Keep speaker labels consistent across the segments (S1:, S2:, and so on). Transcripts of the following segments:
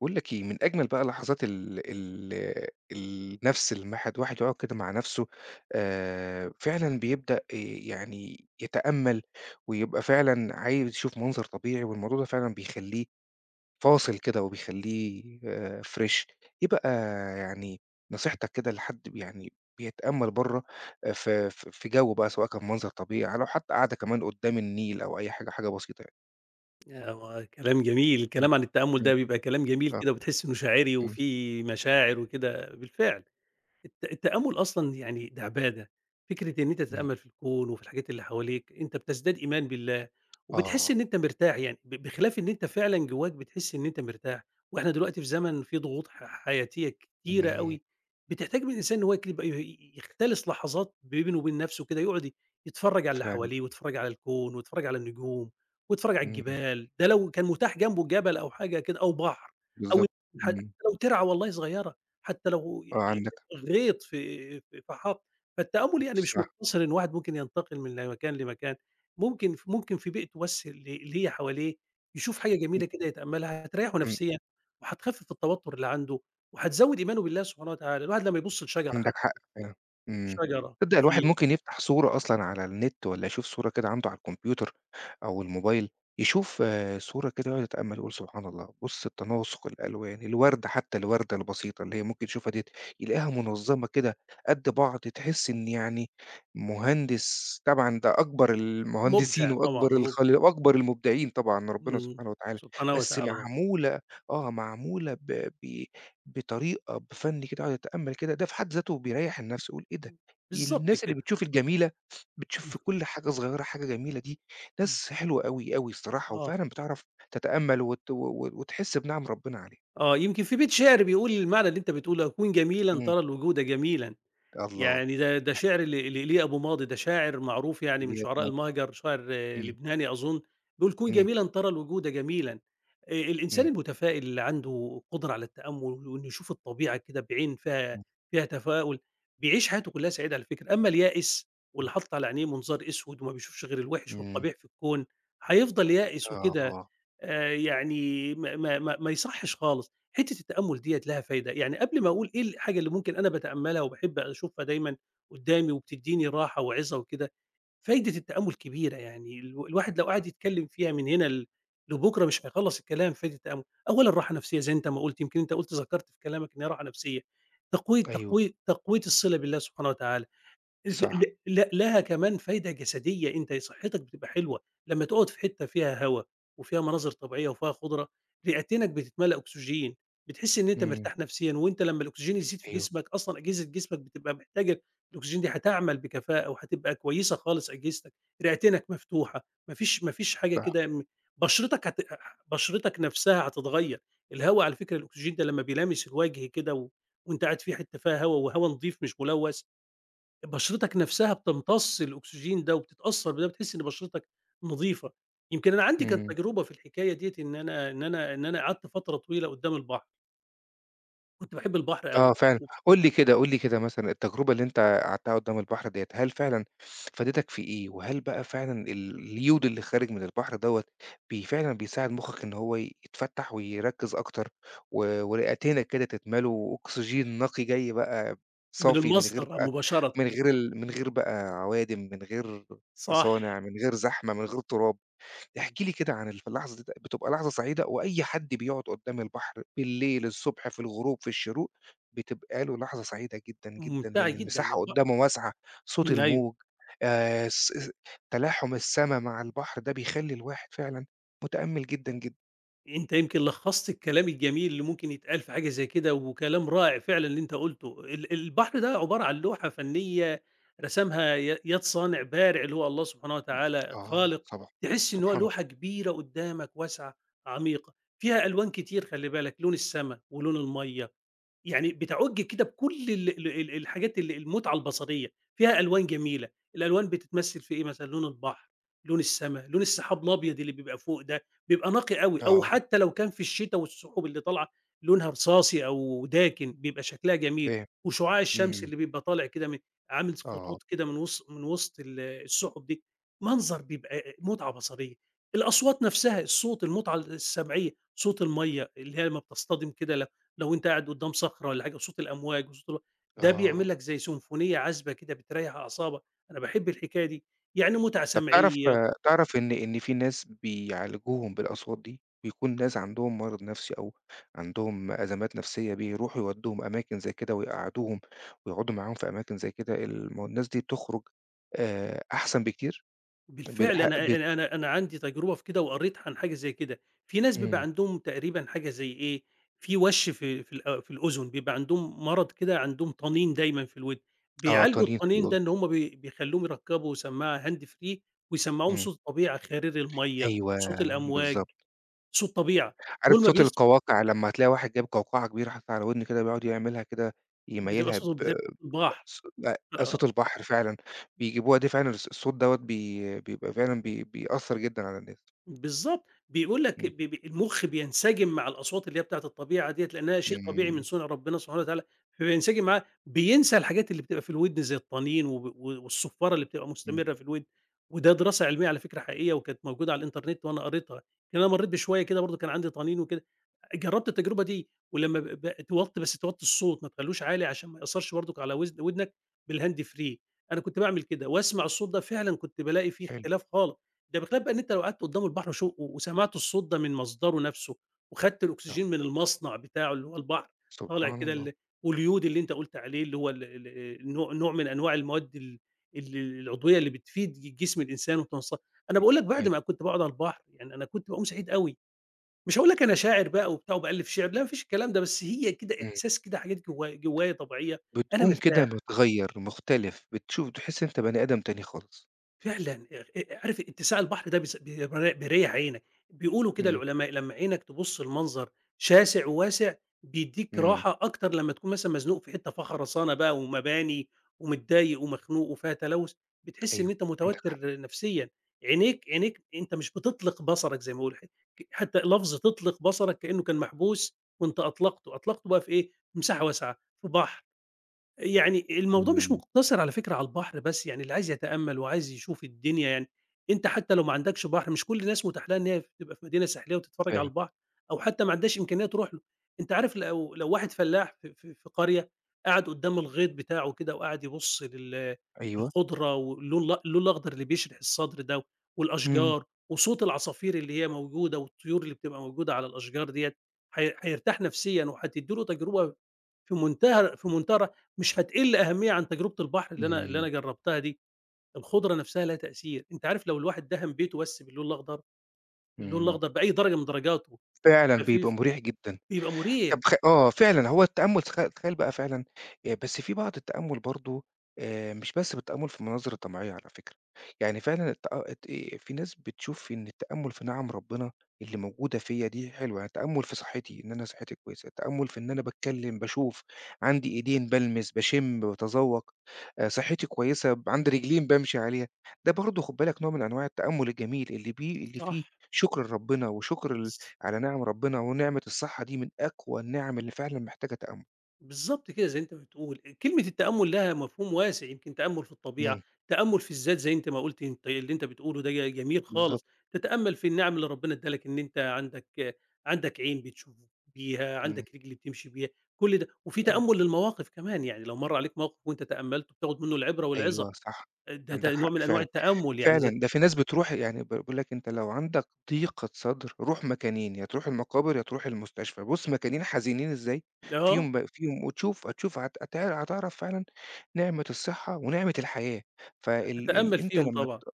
S1: باقول لك إيه، من أجمل بقى لحظات ال ال النَفْس لمّا الواحد يقعد كده مع نَفْسه فعلًا بيبدأ يعني يتأمَّل ويبقى فعلًا عايز يشوف منظر طبيعي، والموضوع ده فعلًا بيخلّيه فاصل كده وبيخلّيه fresh يبقى يعني نصيحتك كده لحد يعني بيتأمَّل برّه في جو بقى سواء كان منظر طبيعي لو حتى قاعدة كمان قدّام النيل أو أي حاجة، حاجة بسيطة يعني.
S2: يا ما كلام جميل،
S1: إمم،
S2: الكلام عن التأمُّل
S1: إمم،
S2: ده بيبقى كلام جميل
S1: آه،
S2: كده وبتحس إنه شاعري
S1: إمم،
S2: وفيه مشاعر وكده، بالفعل. التأمُّل أصلًا يعني ده عبادة، فكرة إن أنت تتأمَّل في الكون وفي الحاجات اللي حواليك، أنت بتزداد إيمان بالله، وبتحس
S1: آه،
S2: إن أنت مرتاح يعني، بخلاف إن أنت فعلًا جواك بتحس إن أنت مرتاح، وإحنا دلوقتي في زمن فيه ضغوط حياتية كتيرة
S1: إمم.
S2: أوي، بتحتاج من الإنسان إن هو يبقى يختلس لحظات بينه وبين نفسه كده، يقعد يتفرّج على اللي
S1: فعلًا،
S2: حواليه ويتفرّج على الكون ويتفرّج على النجوم ويتفرّج على
S1: إمم،
S2: الجبال، ده لو كان متاح جنبه جبل أو حاجة كده أو بحر أو
S1: بالضبط،
S2: حتى
S1: إمم،
S2: لو ترعة والله صغيرة، حتى لو
S1: آه عندك
S2: غيط في فحط. فالتأمُّل
S1: حق،
S2: يعني مش
S1: صح،
S2: مقتصر إن واحد ممكن ينتقل من مكان لمكان، ممكن في بيئته بس اللي هي حواليه يشوف حاجة جميلة كده يتأمَّلها، هتريّحه
S1: إمم،
S2: نفسيًا وهتخفِّف التوتُّر اللي عنده وهتزوِّد إيمانه بالله سبحانه وتعالى. الواحد لمّا يبُص لشجرة حتى،
S1: عندك حق فعلًا، إمم.
S2: شجرة،
S1: تصدق الواحد
S2: غيط،
S1: ممكن يفتح صورة أصلًا على النت والّا يشوف صورة كده عنده على الكمبيوتر أو الموبايل، يشوف صورة كده ويقعد يتأمل يقول سبحان الله، بُص التناسق، الألوان، الوردة حتى الوردة البسيطة اللي هي ممكن يشوفها ديّة، يلاقيها منظمة كده قد بعض، تحس إن يعني مهندس طبعًا ده أكبر المهندسين
S2: مُبدع طبعًا. مُب
S1: وأكبر المبدعين طبعًا ربنا
S2: إمم.
S1: سبحانه وتعالى،
S2: سبحانه
S1: بس
S2: وتعالى طبعًا.
S1: معمولة آه، معمولة ب ب بطريقة، بفَن كده، يقعد يتأمَّل كده، ده في حد ذاته بيريّح النفس، يقول إيه ده!
S2: بالضبط
S1: الناس اللي
S2: كده.
S1: بتشوف الجميلة، بتشوف
S2: إمم،
S1: في كل حاجة صغيرة حاجة جميلة دي،
S2: إمم.
S1: ناس حلوة أوي، أوي الصراحة،
S2: آه،
S1: وفعلًا بتعرف تتأمَّل وت و و وتحس بنعم ربنا عليها.
S2: آه. يمكن في بيت شِعر بيقول المعنى اللي أنت بتقوله: "أكون جميلًا
S1: إمم.
S2: ترى الوجود جميلًا."
S1: الله!
S2: يعني ده شعر لإيليا أبو ماضي، ده شاعر معروف يعني من
S1: إيليا بن
S2: شعراء
S1: ماطي آه.
S2: المهجر، شاعر آه،
S1: إمم،
S2: لبناني أظن، بيقول: "كن
S1: إمم،
S2: جميلًا ترى الوجود جميلًا." الإنسان
S1: إمم،
S2: المتفائل اللي عنده قدرة على التأمُّل وإنه يشوف الطبيعة كده بعين فيها
S1: إمم،
S2: فيها تفاؤل، بيعيش حياته كلّها سعيدة على فكرة، أمّا اليائس
S1: إمم،
S2: واللي حاطط على عينيه منظار أسود وما بيشوفش غير الوِحِش
S1: إمم.
S2: والقبيح في الكون، هيفضل يائس
S1: آه،
S2: وكده.
S1: آه.
S2: يعني ما يصحّش خالص. حتة التأمُّل ديّة لها فايدة، يعني قبل ما أقول إيه الحاجة اللي ممكن أنا باتأمّلها وباحب أشوفها دايمًا قدّامي وبتدّيني راحة وعِزّة وكده، فايدة التأمُّل كبيرة، يعني الواحد لو قعد يتكلّم فيها من هنا لبُكرة مش هيخلّص الكلام في فايدة التأمُّل. أولًا راحة نفسية زي أنت ما قُلت، يمكن أنت قُلت ذكرت في كلامك إن هي راحة نفسية، تقوية
S1: أيوه،
S2: تقوية تقوية الصِلة بالله سبحانه وتعالى. ل
S1: صح.
S2: ل ل لها كمان فايدة جسدية، أنت صحتك بتبقى حلوة، لمّا تقعد في حتة فيها هوا وفيها مناظر طبيعية وفيها خُضرة، رئتينك بتتملى أكسجين، بتحس إن أنت
S1: إمم،
S2: مرتاح نفسيًا، وأنت لمّا الأكسجين يزيد في
S1: أيوه،
S2: جسمك أصلًا أجهزة جسمك بتبقى محتاجة الأكسجين دي، هتعمل بكفاءة وهتبقى كويسة خالص أجهزتك، رئتينك مفتوحة، ما فيش حاجة
S1: صح.
S2: كده بشرتك هت بشرتك نفسها هتتغيّر، الهوا على فكرة الأكسجين ده لمّا بيلامس الوجه كده و وأنت قاعد في حتة فيها هوا وهوا نضيف مش ملوث، بشرتك نفسها بتمتص الأكسجين ده وبتتأثّر بده، بتحس إن بشرتك نضيفة. يمكن أنا عندي كانت
S1: إمم.
S2: تجربة في الحكاية ديّة إن أنا قعدت فترة طويلة قدّام البحر، كنت باحب البحر
S1: آه
S2: أوي،
S1: فعلًا، قُل لي كده، قُل لي كده مثلًا التجربة اللي أنت قعدتها قدّام البحر ديّة، هل فعلًا فادتك في إيه؟ وهل بقى فعلًا اليود اللي خارج من البحر دوّة فعلًا بيساعد مخّك إن هو يتفتّح ويركّز أكتر ورئتينك كده تتملوا وأكسجين نقي جاي بقى
S2: من
S1: صافي من غير
S2: المصدر
S1: بقى
S2: مباشرةً.
S1: من غير بقى عوادم، من غير
S2: صح،
S1: مصانع، من غير زحمة، من غير تراب؟ احكِ لي كده عن اللحظة دي، بتبقى لحظة سعيدة وأي حد بيقعد قدّام البحر بالليل، الصبح، في الغروب، في الشروق، بتبقى له لحظة سعيدة جدًا، جدًا، لإن
S2: ممتعة جدًا
S1: المساحة قدّامه واسعة، صوت
S2: أيوه.
S1: الموج الس الس تلاحم السما مع البحر ده بيخلّي الواحد فعلًا متأمِّل جدًا، جدًا.
S2: أنت يمكن لخّصت الكلام الجميل اللي ممكن يتقال في حاجة زي كده، وكلام رائع فعلًا اللي أنت قُلته. البحر ده عبارة عن لوحة فنية رسمها يد صانع بارع اللي هو الله سبحانه وتعالى
S1: آه
S2: خالق،
S1: طبعًا،
S2: تحس إن هو
S1: سبحان
S2: لوحة
S1: الله.
S2: كبيرة قدّامك واسعة، عميقة، فيها ألوان كتير خلّي بالك، لون السما، ولون المَيّة، يعني بتعُج كده بكل ال ال ال الحاجات المُتعة البصرية، فيها ألوان جميلة، الألوان بتتمثّل في إيه مثلًا، لون البحر، لون السما، لون السحاب الأبيض اللي بيبقى فوق ده، بيبقى نقي أوي، أو
S1: آه،
S2: حتى لو كان في الشتا والسحب اللي طالعة لونها رصاصي أو داكن، بيبقى شكلها جميل،
S1: فاهم.
S2: وشُعاع الشمس
S1: إمم،
S2: اللي بيبقى طالع كده من عامل
S1: آه،
S2: خطوط كده من وسط السُحُب دي، منظر بيبقى مُتعة بصرية. الأصوات نَفْسها، الصوت، المُتعة السمعية، صوت المَيّة اللي هي لمّا بتصطدم كده لو أنت قاعد قدّام صخرة والّا حاجة وصوت الأمواج وصوت ال ده بيعمل
S1: آه.
S2: لك زي سيمفونية عذبة كده بتريّح أعصابك، أنا باحب الحكاية دي، يعني متعة
S1: طب تعرف
S2: سمعية
S1: تعرف إن في ناس بيعالجوهم بالأصوات دي، بيكون ناس عندهم مرض نفسي أو عندهم أزمات نفسية بيروحوا يودّوهم أماكن زي كده ويقعّدوهم ويقعدوا معاهم في أماكن زي كده، ما هو الناس دي بتخرج أحسن بكتير
S2: بالفعل
S1: بالح
S2: أنا
S1: بت
S2: أنا أنا أنا عندي تجربة في كده وقريت عن حاجة زي كده، في ناس بيبقى
S1: إمم،
S2: عندهم تقريبًا حاجة زي إيه، في وَش في في الأ في الأذن، بيبقى عندهم مرض كده عندهم طنين دايمًا في الودن،
S1: آه
S2: بيعالجوا
S1: تنين في
S2: الطنين ده
S1: الأوضة،
S2: إن هم بيخلّوهم يركّبوا سماعة هاند فري ويسمّعوهم
S1: إمم،
S2: صوت الطبيعة، خرير المَيّة،
S1: أيوه
S2: صوت الأمواج،
S1: بالضبط،
S2: صوت طبيعة،
S1: عارف
S2: طول ما
S1: صوت
S2: بيس
S1: القواقع لمّا هتلاقي واحد جايب قوقعة كبيرة حاططها على ودنه كده بيقعد يعملها كده
S2: بتبقى
S1: يميّلها ب
S2: صوت بتبقى البحر
S1: ص لأ،
S2: آه،
S1: صوت البحر فعلًا، بيجيبوها دي فعلًا الصوت دوّة بيبقى فعلًا بيأثّر جدًا على الناس.
S2: بالضبط، بيقول لك
S1: إمم،
S2: ب ب المُخ بينسجم مع الأصوات اللي هي بتاعة الطبيعة ديّة، لأنها شيء طبيعي من
S1: إمم،
S2: صُنع ربنا سبحانه وتعالى، فبينسجم معاه، بينسى الحاجات اللي بتبقى في الودن زي الطنين وب و والصُفّارة اللي بتبقى
S1: إمم،
S2: مستمرة في الودن، وده دراسة علمية على فكرة حقيقية وكانت موجودة على الإنترنت وأنا قريتها، لأن أنا مرّيت بشوية كده برضه كان عندي طنين وكده. جرّبت التجربة دي، ولمّا ب ب توطّي بس توطّي الصوت ما تخلّوش عالي عشان ما يأثّرش برضك على وزن ودنك بالهاند فري، أنا كنت باعمل كده، واسمع الصوت ده فعلًا كنت بالاقي في
S1: حلو،
S2: اختلاف خالص، ده بخلاف بقى إن أنت لو قعدت قدّام البحر وسمعت الصوت ده من مصدره نَفْسه، وخدت
S1: آه،
S2: الأكسجين من المصنع بتاعه اللي هو البحر، طالع
S1: سبحان
S2: كده
S1: الله،
S2: ال واليود اللي أنت قُلت عليه اللي هو ال ال نوع من أنواع المواد ال العضوية اللي بتفيد جسم الإنسان أنا
S1: إمم،
S2: باقول لك
S1: أيوه،
S2: بعد ما كنت باقعد على البحر، يعني أنا كنت باقوم سعيد أوي. مش هاقول لك أنا شاعر بقى وبتاع وبألِّف شِعر، لا ما فيش الكلام ده، بس هي كده
S1: إمم،
S2: إحساس كده حاجات جوايا طبيعية، أنا
S1: بتقوم كده
S2: مرتاح.
S1: متغيّر، مختلف، بتشوف بتحس إن أنت بني آدم تاني خالص.
S2: فعلًا، عارف اتساع البحر ده بيس بي بيريّح عينك، بيقولوا كده
S1: إمم،
S2: العلماء لمّا عينك تبُص لمنظر شاسع وواسع، بيدّيك
S1: إمم،
S2: راحة أكتر لمّا تكون مثلًا مزنوق في حتّة فيها خرسانة بقى ومباني ومتضايق ومخنوق وفيها تلوث، بتحس إن
S1: أيوه،
S2: أنت
S1: عندك حق،
S2: متوتر نفسيًا، عينيك أنت مش بتطلق بصرك زي ما بيقولوا، حتى لفظ تطلق بصرك كإنه كان محبوس وأنت أطلقته، أطلقته بقى في إيه، في مساحة واسعة، في بحر. يعني الموضوع مش
S1: إمم،
S2: مقتصر على فكرة على البحر بس، يعني اللي عايز يتأمَّل وعايز يشوف الدنيا يعني أنت حتى لو ما عندكش بحر، مش كل الناس متاح لها إن هي تبقى في مدينة ساحلية وتتفرّج على
S1: فاهم،
S2: البحر، أو حتى ما عندهاش إمكانية تروح له. أنت عارف لو واحد فلاح في قرية قعد قدّام الغيط بتاعه كده وقعد يبُص
S1: أيوه،
S2: للخضرة واللون اللون الأخضر اللي بيشرح الصدر ده
S1: إمم،
S2: والأشجار وصوت العصافير اللي هي موجودة والطيور اللي بتبقى موجودة على الأشجار ديّة، هي هيرتاح نفسيًا وهتدّي له تجربة في منتهى في منتهى الر مش هتقل أهمية عن تجربة البحر اللي
S1: إمم،
S2: أنا جربتها دي، الخضرة نفسها لها تأثير، أنت عارف لو الواحد دهن بيته بس باللون الأخضر، اللون
S1: إمم،
S2: الأخضر بأي درجة من درجاته
S1: فعلًا بيبقى
S2: خفيفة،
S1: مريح جدًا.
S2: بيبقى مريح،
S1: طب خ آه، فعلًا هو التأمُّل تخيّل بقى فعلًا بس في بعض التأمُّل برضه مش بس بالتأمُّل في المناظر الطبيعية على فكرة، يعني فعلًا الت الت إيه، في ناس بتشوف إن التأمُّل في نِعَم ربنا اللي موجودة فيّا دي حلوة، يعني التأمُّل في صحّتي إن أنا صحّتي كويسة، التأمُّل في إن أنا باتكلّم، باشوف، عندي إيدين بالمِس، باشِم، باتذوّق، صحّتي كويسة، عندي رجلين بامشي عليها، ده برضه خُد بالك نوع من أنواع التأمُّل الجميل اللي
S2: صح،
S1: فيه شكر لربنا وشكر
S2: بالض
S1: على نِعَم ربنا ونِعمة الصحة دي من أقوى النِعَم اللي فعلًا محتاجة تأمُّل.
S2: بالضبط كده زي أنت بتقول، كلمة التأمُّل لها مفهوم واسع، يمكن تأمُّل في الطبيعة،
S1: إمم،
S2: تأمُّل في الذات زي أنت ما قُلت أنت اللي أنت بتقوله ده جميل
S1: بالضبط،
S2: خالص، تتأمَّل في النِّعَم اللي ربنا ادّاها لك إن أنت عندك عندك عين بتشوف بيها،
S1: إمم،
S2: عندك رِجل بتمشي بيها، كل ده وفي
S1: فعلًا.
S2: تأمُّل للمواقف كمان، يعني لو مَر عليك موقف وأنت تأمَّلته بتاخد منه العبرة والعِظة،
S1: أيوه صح،
S2: ده
S1: عندك
S2: ده نوع
S1: حق
S2: من أنواع
S1: فعلًا،
S2: التأمُّل يعني زي
S1: فعلًا ده في ناس بتروح يعني باقول لك أنت لو عندك ضيقة صدر روح مكانين، يا تروح المقابر يا تروح المستشفى، بُص مكانين حزينين إزاي،
S2: آه،
S1: فيهم وتشوف هتشوف هت هت هتعرف فعلًا نِعمة الصحة ونِعمة الحياة، فال ال
S2: تتأمَّل
S1: أنت
S2: فيهم
S1: لمّا
S2: طبعًا،
S1: ت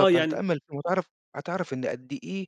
S2: آه يعني
S1: هتتأمّل فيهم هتعرف إن قد إيه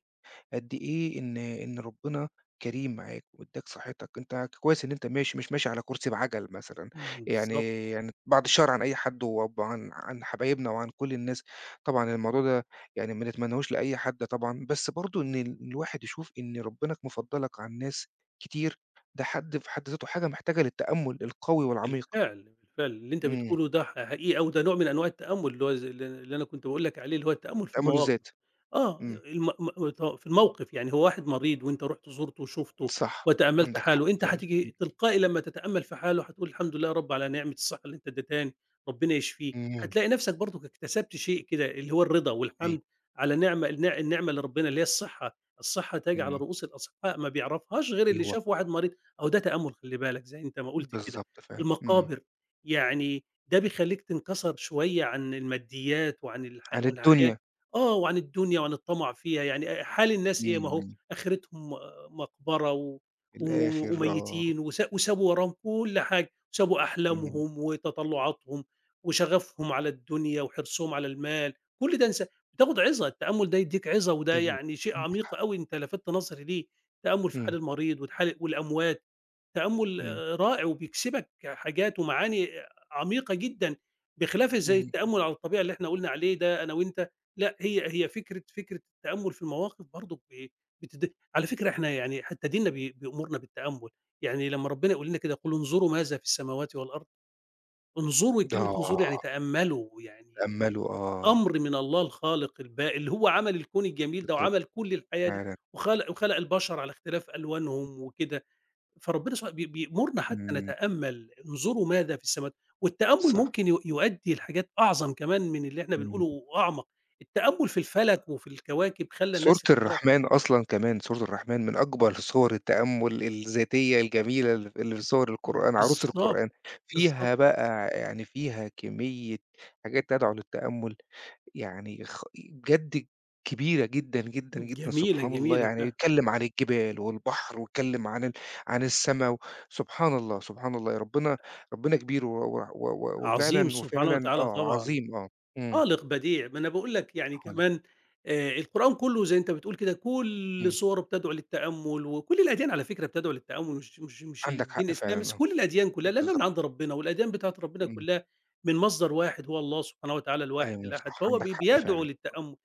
S1: قد إيه إن ربنا كريم معاك وادّاك صحتك، أنت كويس إن أنت ماشي مش ماشي على كرسي بعجل مثلًا،
S2: إمم، بالضبط.
S1: يعني يعني بعد الشر عن أي حد وعن حبايبنا وعن كل الناس، طبعًا الموضوع ده يعني ما نتمناهوش لأي حد طبعًا، بس برضه إن الواحد يشوف إن ربنا مفضّلك عن ناس كتير، ده حد في حد ذاته حاجة محتاجة للتأمُّل القوي والعميق،
S2: بالفعل، بالفعل، اللي أنت
S1: إمم،
S2: بتقوله ده حقيقي أوي، ده نوع من أنواع التأمُّل اللي هو ز ال اللي أنا كنت باقول لك عليه، اللي هو التأمُّل في
S1: تأمُّل
S2: المواقف.
S1: الذات،
S2: آه،
S1: إمم،
S2: الم م ط في الموقف، يعني هو واحد مريض وأنت رُحت زُرته وشُفته
S1: صح،
S2: وتأمَّلت
S1: عندك حق
S2: حاله، أنت
S1: فعلًا، إمم،
S2: هتيجي تلقائي لمّا تتأمَّل في حاله هتقول الحمد لله يا رب على نعمة الصحة اللي أنت ادّيتهاني، ربنا يشفيه.
S1: إمم،
S2: هتلاقي نَفْسك برضُك اكتسبت شيء كده اللي هو الرضا
S1: أيوه،
S2: والحمد على نعمة النعمة اللي ربنا اللي هي الصحة، الصحة تاج على
S1: إمم،
S2: رؤوس الأصحاء ما بيعرفهاش غير اللي
S1: أيوه،
S2: شاف واحد مريض، أهو ده تأمُّل خلِّ بالك زي أنت ما قُلت كده.
S1: بالضبط فعلًا، إمم.
S2: المقابر، يعني ده بيخلّيك تنكسر شوية عن الماديات وعن الح
S1: عن
S2: والحياة
S1: الدنيا.
S2: آه، وعن الدنيا وعن الطمع فيها، يعني حال الناس إيه؟ ما هو
S1: إمم.
S2: آخرتهم مقبرة
S1: في
S2: و
S1: الآخر آه.
S2: وميتين وسابوا وراهم كل حاجة، وسابوا
S1: إمم.
S2: أحلامهم وتطلعاتهم وشغفهم على الدنيا وحرصهم على المال، كل ده بتاخد عِظة، التأمل ده يدّيك عِظة وده
S1: أيوه.
S2: يعني شيء
S1: عندك
S2: عميق
S1: حق.
S2: أوي أنت لفتت نظري ليه، التأمل في حال
S1: إمم.
S2: المريض حال والأموات. تأمُّل
S1: إمم.
S2: رائع وبيكسبك حاجات ومعاني عميقة جدًا، بخلاف زي
S1: إمم.
S2: التأمُّل على الطبيعي اللي إحنا قُلنا عليه ده أنا وأنت، لأ هي هي فكرة التأمُّل في المواقف برضه بتد على فكرة إحنا يعني حتى ديننا بيأمرنا بالتأمُّل، يعني لمّا ربنا يقول لنا كده: "قُل انظروا ماذا في السماوات والأرض." انظروا كلمة انظروا يعني
S1: آه.
S2: تأمَّلوا، يعني
S1: تأمّلوا آه.
S2: أمر من الله الخالق البارئ اللي هو عمل الكون الجميل ده
S1: بالضبط
S2: وعمل كل الحياة دي
S1: فعلًا.
S2: وخلق البشر على اختلاف ألوانهم وكده. فربنا سبحانه بيأمرنا حتى
S1: إمم.
S2: نتأمل، انظروا ماذا في السماوات والتأمل
S1: صح.
S2: ممكن يؤدي لحاجات أعظم كمان من اللي إحنا
S1: إمم.
S2: بنقوله وأعمق، التأمل في الفلك وفي الكواكب خلّى
S1: سورة
S2: الناس يقترب
S1: الرحمن أصلًا كمان، سورة الرحمن من
S2: آه،
S1: أكبر سور التأمُّل الذاتية الجميلة اللي في سور
S2: إمم،
S1: القرآن، عروس
S2: بالضبط،
S1: القرآن. فيها
S2: بالضبط،
S1: بقى يعني فيها كمية حاجات تدعو للتأمُّل. يعني بجد كبيرة جدًا، جدًا، جدًا
S2: جميلة،
S1: سبحان الله،
S2: جميلة
S1: يعني
S2: فعلًا،
S1: اتكلم عن الجبال والبحر واتكلم عن السما سبحان الله، سبحان الله، يا ربنا ربنا كبير و و و
S2: عظيم
S1: وفعلًا
S2: سبحانه
S1: وفعلًا
S2: وتعالى
S1: آه،
S2: طبعًا.
S1: عظيم آه، إمم،
S2: خالق بديع، ما أنا باقول لك يعني
S1: خالق.
S2: كمان القرآن كلّه زي أنت بتقول كده كل
S1: إمم،
S2: صوره بتدعو للتأمُّل، وكل الأديان على فكرة بتدعو للتأمُّل مش
S1: عندك
S2: الدين
S1: حق
S2: الإسلامي بس،
S1: فعلًا آه،
S2: كل الأديان كلّها لأنها
S1: بالضبط،
S2: من عند ربنا، والأديان بتاعة ربنا
S1: إمم،
S2: كلّها من مصدر واحد هو الله سبحانه وتعالى الواحد
S1: أيوه
S2: الأحد،
S1: صح،
S2: فهو
S1: عندك
S2: بي
S1: حق
S2: بيدعو
S1: فعلًا،
S2: للتأمُّل،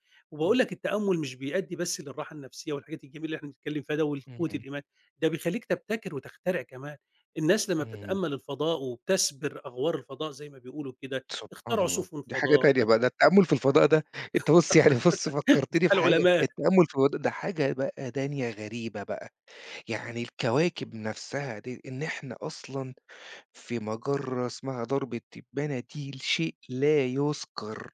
S1: إمم،
S2: وباقول لك التأمُّل مش بيأدّي بس للراحة النفسية والحاجات الجميلة اللي إحنا بنتكلّم فيها ده ولقوة
S1: إمم،
S2: الإيمان، ده بيخلّيك تبتكر وتخترع كمان، الناس لمّا
S1: إمم،
S2: بتتأمَّل الفضاء وبتسبر أغوار الفضاء زي ما بيقولوا كده،
S1: سبحان
S2: اخترعوا
S1: الله،
S2: سفن
S1: دي حاجة
S2: فضاء
S1: تانية بقى، ده التأمل في الفضاء ده أنت بُص فكّرتني بحاجة،
S2: العلماء،
S1: التأمل في الفضاء ده حاجة بقى تانية غريبة بقى. يعني الكواكب نفسها دي إن إحنا أصلًا في مجرة اسمها درب التبانة دي شيء لا يُذكر،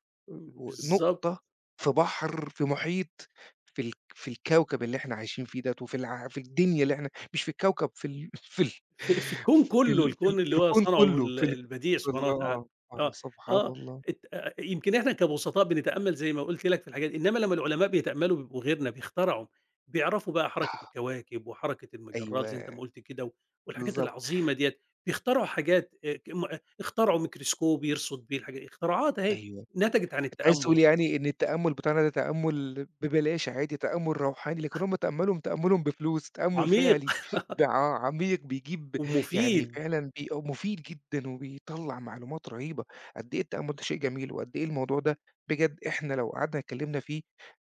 S1: و
S2: بالضبط،
S1: نقطة في بحر، في محيط، في الكوكب اللي إحنا عايشين فيه ده، وفي الع في الدنيا اللي إحنا مش في الكوكب، في ال
S2: في الكون كلّه، الكون
S1: في
S2: اللي هو
S1: الكون
S2: صنعه
S1: كله، في الك
S2: البديع سبحانه
S1: الله،
S2: وتعالى،
S1: آه، آه،
S2: آه،
S1: سبحان
S2: آه،
S1: الله.
S2: ات يمكن إحنا كبسطاء بنتأمل زي ما قُلت لك في الحاجات دي، إنما لمّا العلماء بيتأملوا بيبقوا غيرنا، بيخترعوا، بيعرفوا بقى
S1: آه،
S2: حركة الكواكب وحركة المجرات زي أنت ما
S1: أيوه،
S2: قُلت كده، و- والحاجات
S1: بالضبط،
S2: العظيمة ديّة، بيخترعوا حاجات ك م آه، اخترعوا ميكروسكوب يرصد بيه الحاجة، اختراعات أهي
S1: أيوه.
S2: نتجت عن
S1: أنت عايز تقول
S2: التأمل،
S1: يعني إن التأمُّل بتاعنا ده تأمُّل ببلاش عادي، تأمُّل روحاني، لكن هم تأمُّلهم بفلوس، تأمُّل
S2: عميق
S1: فعلي ب ع عميق بيجيب يعني
S2: ومفيد
S1: فعلًا مفيد جدًا وبيطلّع معلومات رهيبة. قد إيه التأمُّل ده شيء جميل وقد إيه الموضوع ده بجد إحنا لو قعدنا اتكلّمنا فيه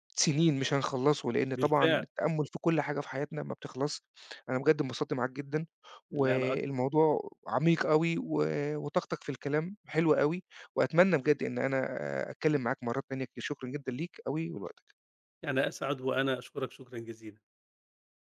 S1: سنين مش هنخلّصه، لإن طبعًا
S2: بالفعل.
S1: التأمُّل في كل حاجة في حياتنا ما بتخلصش. أنا بجد انبسطت معاك جدًا،
S2: لا أنا أكتر،
S1: والموضوع عميق أوي، وطاقتك في الكلام حلوة أوي، وأتمنى بجد إن أنا أتكلّم معاك مرّات تانية كتير. شكرًا جدًا ليك أوي ولوقتك.
S2: أنا أسعد وأنا أشكرك شكرًا جزيلًا.